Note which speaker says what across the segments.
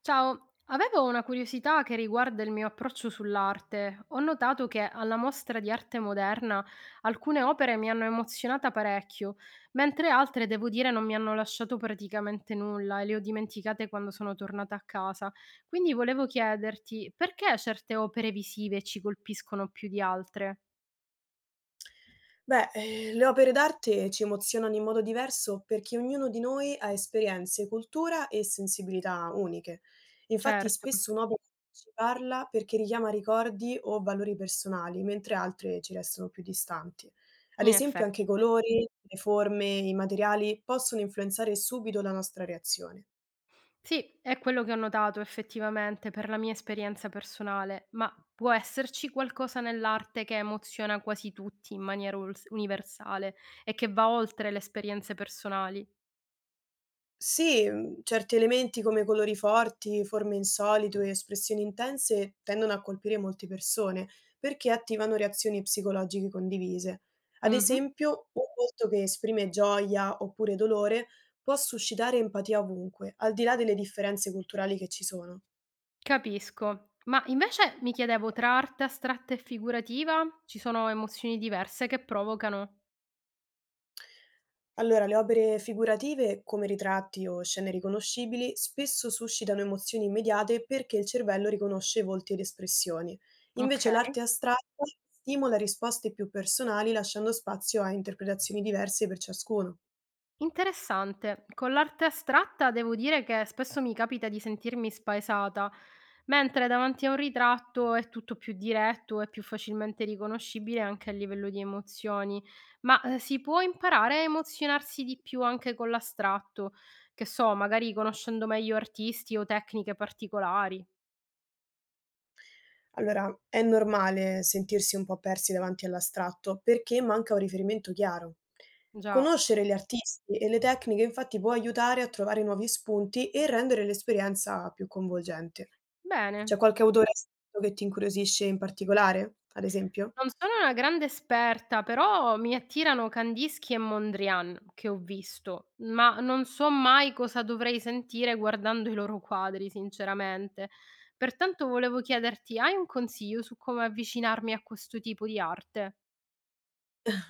Speaker 1: Ciao, avevo una curiosità che riguarda il mio approccio sull'arte. Ho notato che alla mostra di arte moderna alcune opere mi hanno emozionata parecchio, mentre altre, devo dire, non mi hanno lasciato praticamente nulla e le ho dimenticate quando sono tornata a casa. Quindi volevo chiederti perché certe opere visive ci colpiscono più di altre?
Speaker 2: Beh, le opere d'arte ci emozionano in modo diverso perché ognuno di noi ha esperienze, cultura e sensibilità uniche. Infatti
Speaker 1: Certo,
Speaker 2: spesso un'opera ci parla perché richiama ricordi o valori personali, mentre altre ci restano più distanti. Ad
Speaker 1: in
Speaker 2: esempio anche
Speaker 1: effetti.
Speaker 2: i colori, le forme, i materiali possono influenzare subito la nostra reazione.
Speaker 1: Sì, è quello che ho notato effettivamente per la mia esperienza personale, ma può esserci qualcosa nell'arte che emoziona quasi tutti in maniera universale e che va oltre le esperienze personali.
Speaker 2: Sì, certi elementi come colori forti, forme insolite o espressioni intense tendono a colpire molte persone, perché attivano reazioni psicologiche condivise. Ad
Speaker 1: Mhm.
Speaker 2: esempio, un volto che esprime gioia oppure dolore può suscitare empatia ovunque, al di là delle differenze culturali che ci sono.
Speaker 1: Capisco, ma invece mi chiedevo, tra arte astratta e figurativa ci sono emozioni diverse che provocano.
Speaker 2: Allora, le opere figurative, come ritratti o scene riconoscibili, spesso suscitano emozioni immediate perché il cervello riconosce volti ed espressioni.
Speaker 1: Ok.
Speaker 2: Invece l'arte astratta stimola risposte più personali, lasciando spazio a interpretazioni diverse per ciascuno.
Speaker 1: Interessante. Con l'arte astratta devo dire che spesso mi capita di sentirmi spaesata, mentre davanti a un ritratto è tutto più diretto e più facilmente riconoscibile anche a livello di emozioni. Ma si può imparare a emozionarsi di più anche con l'astratto, che so, magari conoscendo meglio artisti o tecniche particolari.
Speaker 2: Allora, è normale sentirsi un po' persi davanti all'astratto perché manca un riferimento chiaro.
Speaker 1: Già,
Speaker 2: Conoscere gli artisti e le tecniche infatti può aiutare a trovare nuovi spunti e rendere l'esperienza più coinvolgente.
Speaker 1: bene.
Speaker 2: C'è qualche autore che ti incuriosisce in particolare, ad esempio?
Speaker 1: Non sono una grande esperta, però mi attirano Kandinsky e Mondrian che ho visto, ma non so mai cosa dovrei sentire guardando i loro quadri, sinceramente. Pertanto volevo chiederti, hai un consiglio su come avvicinarmi a questo tipo di arte?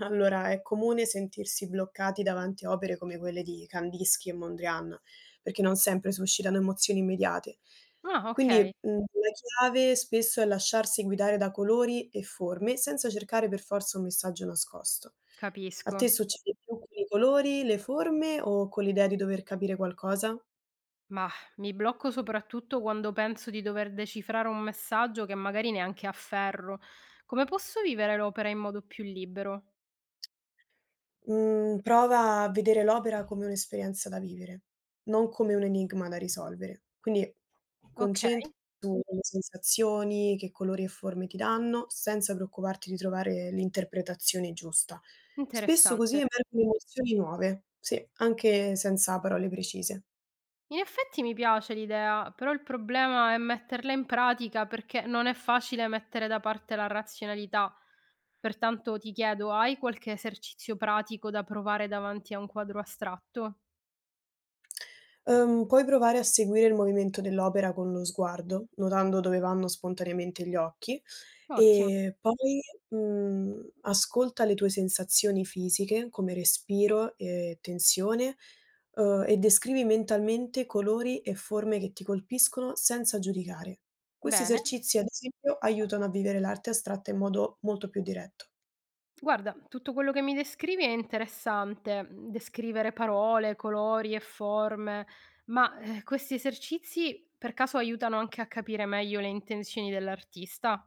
Speaker 2: Allora, è comune sentirsi bloccati davanti a opere come quelle di Kandinsky e Mondrian, perché non sempre suscitano emozioni immediate.
Speaker 1: Ah, ok,
Speaker 2: Quindi, la chiave spesso è lasciarsi guidare da colori e forme, senza cercare per forza un messaggio nascosto. A te
Speaker 1: capisco.
Speaker 2: succede più con i colori, le forme o con l'idea di dover capire qualcosa?
Speaker 1: Ma mi blocco soprattutto quando penso di dover decifrare un messaggio che magari neanche afferro. Come posso vivere l'opera in modo più libero?
Speaker 2: Mhmm, prova a vedere l'opera come un'esperienza da vivere, non come un enigma da risolvere. Quindi
Speaker 1: Ok,
Speaker 2: concentrati sulle sensazioni, che colori e forme ti danno, senza preoccuparti di trovare l'interpretazione giusta. Spesso così
Speaker 1: interessante.
Speaker 2: emergono emozioni nuove, sì, anche senza parole precise.
Speaker 1: In effetti mi piace l'idea, però il problema è metterla in pratica perché non è facile mettere da parte la razionalità. Pertanto ti chiedo, hai qualche esercizio pratico da provare davanti a un quadro astratto?
Speaker 2: Puoi provare a seguire il movimento dell'opera con lo sguardo, notando dove vanno spontaneamente gli occhi
Speaker 1: Ottimo,
Speaker 2: e poi, ascolta le tue sensazioni fisiche come respiro e tensione, e descrivi mentalmente colori e forme che ti colpiscono senza giudicare. Questi
Speaker 1: bene.
Speaker 2: esercizi, ad esempio, aiutano a vivere l'arte astratta in modo molto più diretto.
Speaker 1: Guarda, tutto quello che mi descrivi è interessante, descrivere parole, colori e forme, ma questi esercizi per caso aiutano anche a capire meglio le intenzioni dell'artista?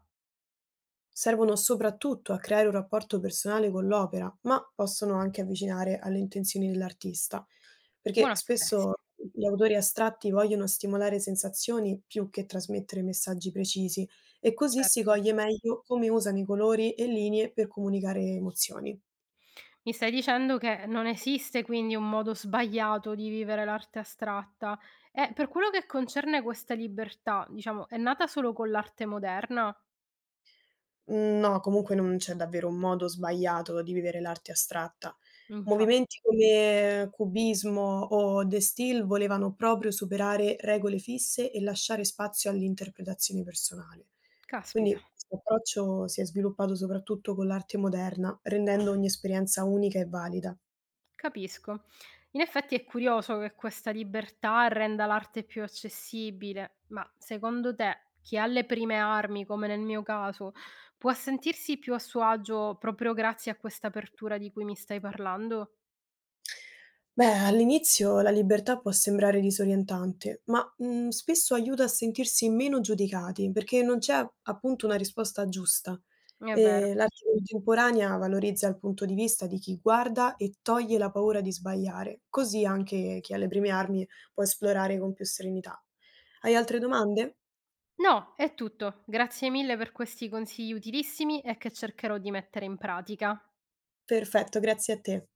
Speaker 2: Servono soprattutto a creare un rapporto personale con l'opera, ma possono anche avvicinare alle intenzioni dell'artista, perché
Speaker 1: Buono a sapersi,
Speaker 2: spesso gli autori astratti vogliono stimolare sensazioni più che trasmettere messaggi precisi e così si
Speaker 1: certo.
Speaker 2: coglie meglio come usano i colori e linee per comunicare emozioni.
Speaker 1: Mi stai dicendo che non esiste quindi un modo sbagliato di vivere l'arte astratta. E per quello che concerne questa libertà, diciamo, è nata solo con l'arte moderna?
Speaker 2: Mhmm, no, comunque non c'è davvero un modo sbagliato di vivere l'arte astratta.
Speaker 1: Infa
Speaker 2: Movimenti come cubismo o De Stijl volevano proprio superare regole fisse e lasciare spazio all'interpretazione personale.
Speaker 1: Caspita,
Speaker 2: Quindi questo approccio si è sviluppato soprattutto con l'arte moderna, rendendo ogni esperienza unica e valida.
Speaker 1: capisco. In effetti è curioso che questa libertà renda l'arte più accessibile, ma secondo te chi ha le prime armi, come nel mio caso, può sentirsi più a suo agio proprio grazie a questa apertura di cui mi stai parlando?
Speaker 2: Beh, all'inizio la libertà può sembrare disorientante, ma spesso aiuta a sentirsi meno giudicati, perché non c'è appunto una risposta giusta.
Speaker 1: È vero.
Speaker 2: E l'arte contemporanea valorizza il punto di vista di chi guarda e toglie la paura di sbagliare, così anche chi alle prime armi può esplorare con più serenità. Hai altre domande?
Speaker 1: No, è tutto. Grazie mille per questi consigli utilissimi e che cercherò di mettere in pratica.
Speaker 2: Perfetto, grazie a te.